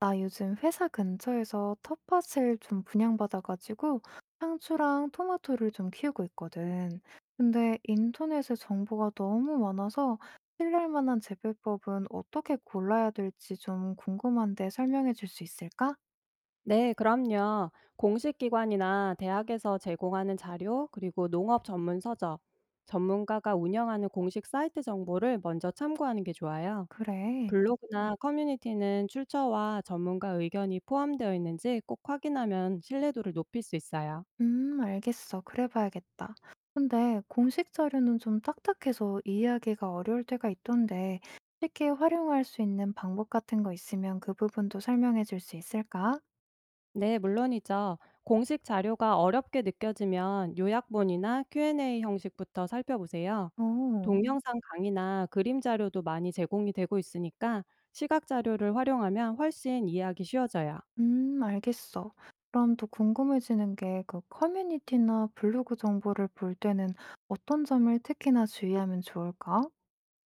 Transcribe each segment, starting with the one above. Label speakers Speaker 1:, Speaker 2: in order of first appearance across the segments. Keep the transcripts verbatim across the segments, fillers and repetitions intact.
Speaker 1: 나 요즘 회사 근처에서 텃밭을 좀 분양받아가지고 상추랑 토마토를 좀 키우고 있거든. 근데 인터넷에 정보가 너무 많아서 신뢰할 만한 재배법은 어떻게 골라야 될지 좀 궁금한데 설명해 줄 수 있을까?
Speaker 2: 네, 그럼요. 공식 기관이나 대학에서 제공하는 자료, 그리고 농업 전문 서적, 전문가가 운영하는 공식 사이트 정보를 먼저 참고하는 게 좋아요.
Speaker 1: 그래.
Speaker 2: 블로그나 커뮤니티는 출처와 전문가 의견이 포함되어 있는지 꼭 확인하면 신뢰도를 높일 수 있어요.
Speaker 1: 음, 알겠어. 그래 봐야겠다. 근데 공식 자료는 좀 딱딱해서 이해하기가 어려울 때가 있던데 쉽게 활용할 수 있는 방법 같은 거 있으면 그 부분도 설명해 줄 수 있을까?
Speaker 2: 네, 물론이죠. 공식 자료가 어렵게 느껴지면 요약본이나 큐 앤 에이 형식부터 살펴보세요. 음.
Speaker 1: 오.
Speaker 2: 동영상 강의나 그림 자료도 많이 제공이 되고 있으니까 시각 자료를 활용하면 훨씬 이해하기 쉬워져요.
Speaker 1: 음, 알겠어. 그럼 또 궁금해지는 게 그 커뮤니티나 블로그 정보를 볼 때는 어떤 점을 특히나 주의하면 좋을까?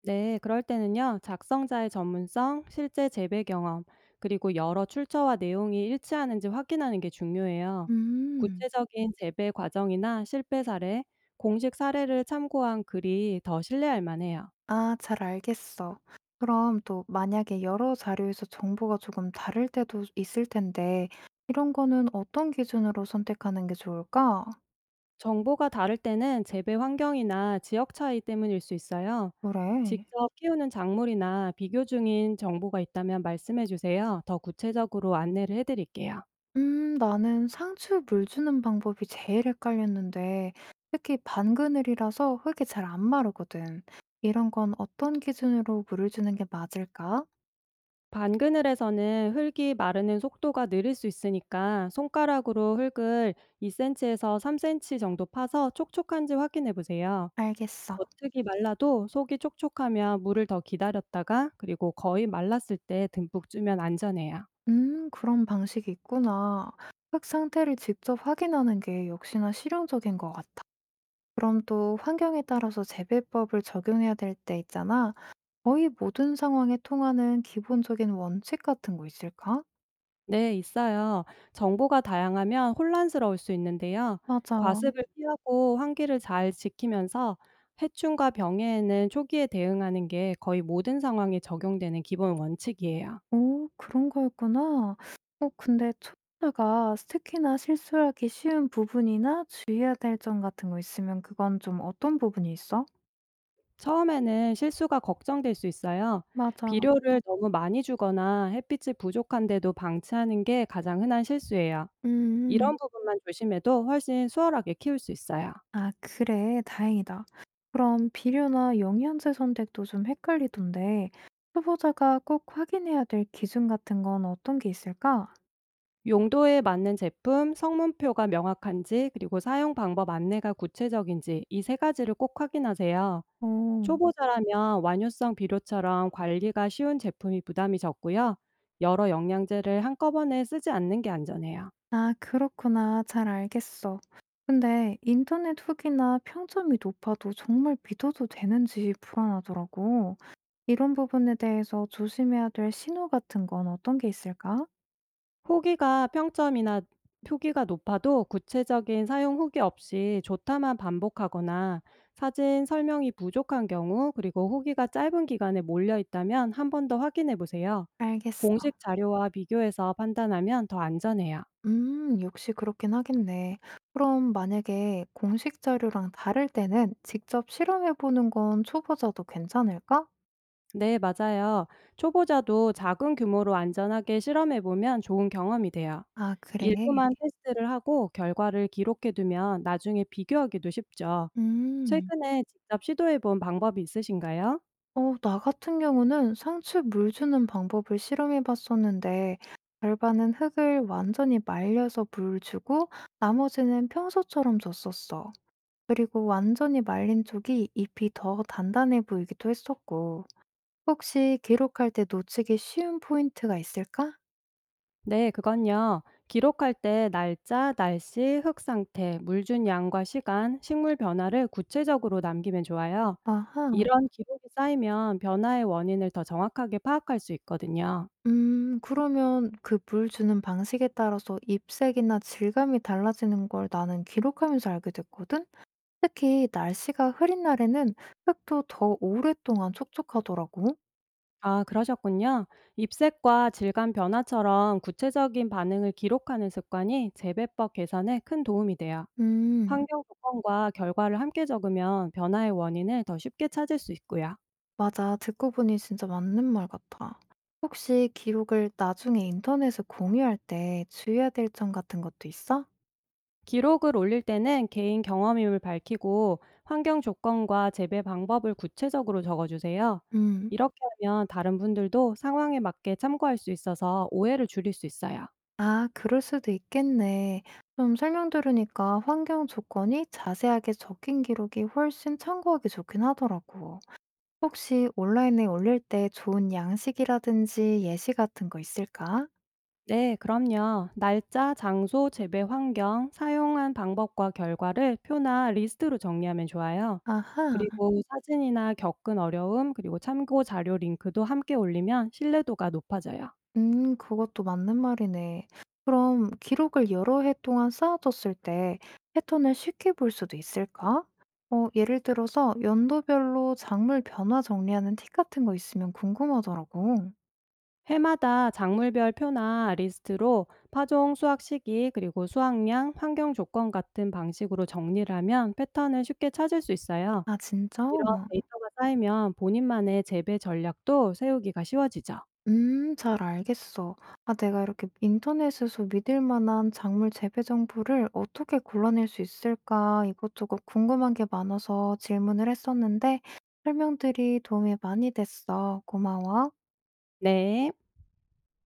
Speaker 2: 네, 그럴 때는요, 작성자의 전문성, 실제 재배 경험, 그리고 여러 출처와 내용이 일치하는지 확인하는 게 중요해요.
Speaker 1: 음,
Speaker 2: 구체적인 재배 과정이나 실패 사례, 공식 사례를 참고한 글이 더 신뢰할 만해요.
Speaker 1: 아, 잘 알겠어. 그럼 또 만약에 여러 자료에서 정보가 조금 다를 때도 있을 텐데, 이런 거는 어떤 기준으로 선택하는 게 좋을까?
Speaker 2: 정보가 다를 때는 재배 환경이나 지역 차이 때문일 수 있어요.
Speaker 1: 그래.
Speaker 2: 직접 키우는 작물이나 비교 중인 정보가 있다면 말씀해 주세요. 더 구체적으로 안내를 해 드릴게요.
Speaker 1: 음, 나는 상추 물 주는 방법이 제일 헷갈렸는데, 특히 반그늘이라서 흙이 잘 안 마르거든. 이런 건 어떤 기준으로 물을 주는 게 맞을까?
Speaker 2: 반그늘에서는 흙이 마르는 속도가 느릴 수 있으니까 손가락으로 흙을 이 센티미터에서 삼 센티미터 정도 파서 촉촉한지 확인해 보세요.
Speaker 1: 알겠어.
Speaker 2: 겉흙이 말라도 속이 촉촉하면 물을 더 기다렸다가 그리고 거의 말랐을 때 듬뿍 주면 안전해요.
Speaker 1: 음, 그런 방식이 있구나. 흙 상태를 직접 확인하는 게 역시나 실용적인 것 같아. 그럼 또 환경에 따라서 재배법을 적용해야 될 때 있잖아. 거의 모든 상황에 통하는 기본적인 원칙 같은 거 있을까?
Speaker 2: 네, 있어요. 정보가 다양하면 혼란스러울 수 있는데요.
Speaker 1: 맞아.
Speaker 2: 과습을 피하고 환기를 잘 지키면서 해충과 병해에는 초기에 대응하는 게 거의 모든 상황에 적용되는 기본 원칙이에요.
Speaker 1: 오, 그런 거였구나. 어, 근데 초보자가 특히나 실수하기 쉬운 부분이나 주의해야 될 점 같은 거 있으면 그건 좀 어떤 부분이 있어?
Speaker 2: 처음에는 실수가 걱정될 수 있어요.
Speaker 1: 맞아.
Speaker 2: 비료를 너무 많이 주거나 햇빛이 부족한데도 방치하는 게 가장 흔한 실수예요.
Speaker 1: 음.
Speaker 2: 이런 부분만 조심해도 훨씬 수월하게 키울 수 있어요.
Speaker 1: 아, 그래. 다행이다. 그럼 비료나 영양제 선택도 좀 헷갈리던데, 초보자가 꼭 확인해야 될 기준 같은 건 어떤 게 있을까?
Speaker 2: 용도에 맞는 제품, 성문표가 명확한지, 그리고 사용 방법 안내가 구체적인지 이 세 가지를 꼭 확인하세요.
Speaker 1: 어.
Speaker 2: 초보자라면 완효성 비료처럼 관리가 쉬운 제품이 부담이 적고요. 여러 영양제를 한꺼번에 쓰지 않는 게 안전해요.
Speaker 1: 아, 그렇구나. 잘 알겠어. 근데 인터넷 후기나 평점이 높아도 정말 믿어도 되는지 불안하더라고. 이런 부분에 대해서 조심해야 될 신호 같은 건 어떤 게 있을까?
Speaker 2: 후기가 평점이나 표기가 높아도 구체적인 사용 후기 없이 좋다만 반복하거나 사진 설명이 부족한 경우 그리고 후기가 짧은 기간에 몰려 있다면 한 번 더 확인해 보세요.
Speaker 1: 알겠어.
Speaker 2: 공식 자료와 비교해서 판단하면 더 안전해요.
Speaker 1: 음, 역시 그렇긴 하겠네. 그럼 만약에 공식 자료랑 다를 때는 직접 실험해 보는 건 초보자도 괜찮을까?
Speaker 2: 네, 맞아요. 초보자도 작은 규모로 안전하게 실험해 보면 좋은 경험이 돼요.
Speaker 1: 아, 그래.
Speaker 2: 일부만 테스트를 하고 결과를 기록해 두면 나중에 비교하기도 쉽죠.
Speaker 1: 음.
Speaker 2: 최근에 직접 시도해 본 방법이 있으신가요?
Speaker 1: 어, 나 같은 경우는 상추에 물 주는 방법을 실험해 봤었는데, 절반은 흙을 완전히 말려서 물 주고, 나머지는 평소처럼 줬었어. 그리고 완전히 말린 쪽이 잎이 더 단단해 보이기도 했었고, 혹시 기록할 때 놓치기 쉬운 포인트가 있을까?
Speaker 2: 네, 그건요. 기록할 때 날짜, 날씨, 흙 상태, 물 준 양과 시간, 식물 변화를 구체적으로 남기면 좋아요.
Speaker 1: 아하,
Speaker 2: 이런 기록이 쌓이면 변화의 원인을 더 정확하게 파악할 수 있거든요.
Speaker 1: 음, 그러면 그 물 주는 방식에 따라서 잎색이나 질감이 달라지는 걸 나는 기록하면서 알게 됐거든? 특히 날씨가 흐린 날에는 흙도 더 오랫동안 촉촉하더라고.
Speaker 2: 아, 그러셨군요. 입색과 질감 변화처럼 구체적인 반응을 기록하는 습관이 재배법 계산에 큰 도움이 돼요.
Speaker 1: 음,
Speaker 2: 환경 조건과 결과를 함께 적으면 변화의 원인을 더 쉽게 찾을 수 있고요.
Speaker 1: 맞아. 듣고 보니 진짜 맞는 말 같아. 혹시 기록을 나중에 인터넷에 공유할 때 주의해야 될 점 같은 것도 있어?
Speaker 2: 기록을 올릴 때는 개인 경험임을 밝히고 환경 조건과 재배 방법을 구체적으로 적어주세요.
Speaker 1: 음,
Speaker 2: 이렇게 하면 다른 분들도 상황에 맞게 참고할 수 있어서 오해를 줄일 수 있어요.
Speaker 1: 아, 그럴 수도 있겠네. 좀 설명 들으니까 환경 조건이 자세하게 적힌 기록이 훨씬 참고하기 좋긴 하더라고. 혹시 온라인에 올릴 때 좋은 양식이라든지 예시 같은 거 있을까?
Speaker 2: 네, 그럼요. 날짜, 장소, 재배 환경, 사용한 방법과 결과를 표나 리스트로 정리하면 좋아요.
Speaker 1: 아하.
Speaker 2: 그리고 사진이나 겪은 어려움, 그리고 참고 자료 링크도 함께 올리면 신뢰도가 높아져요.
Speaker 1: 음, 그것도 맞는 말이네. 그럼 기록을 여러 해 동안 쌓아뒀을 때 패턴을 쉽게 볼 수도 있을까? 어, 예를 들어서 연도별로 작물 변화 정리하는 팁 같은 거 있으면 궁금하더라고.
Speaker 2: 해마다 작물별 표나 리스트로 파종 수확 시기 그리고 수확량, 환경 조건 같은 방식으로 정리를 하면 패턴을 쉽게 찾을 수 있어요.
Speaker 1: 아, 진짜?
Speaker 2: 이런
Speaker 1: 뭐.
Speaker 2: 데이터가 쌓이면 본인만의 재배 전략도 세우기가 쉬워지죠.
Speaker 1: 음, 잘 알겠어. 아, 내가 이렇게 인터넷에서 믿을 만한 작물 재배 정보를 어떻게 골라낼 수 있을까? 이것저것 궁금한 게 많아서 질문을 했었는데 설명들이 도움이 많이 됐어. 고마워.
Speaker 2: 네.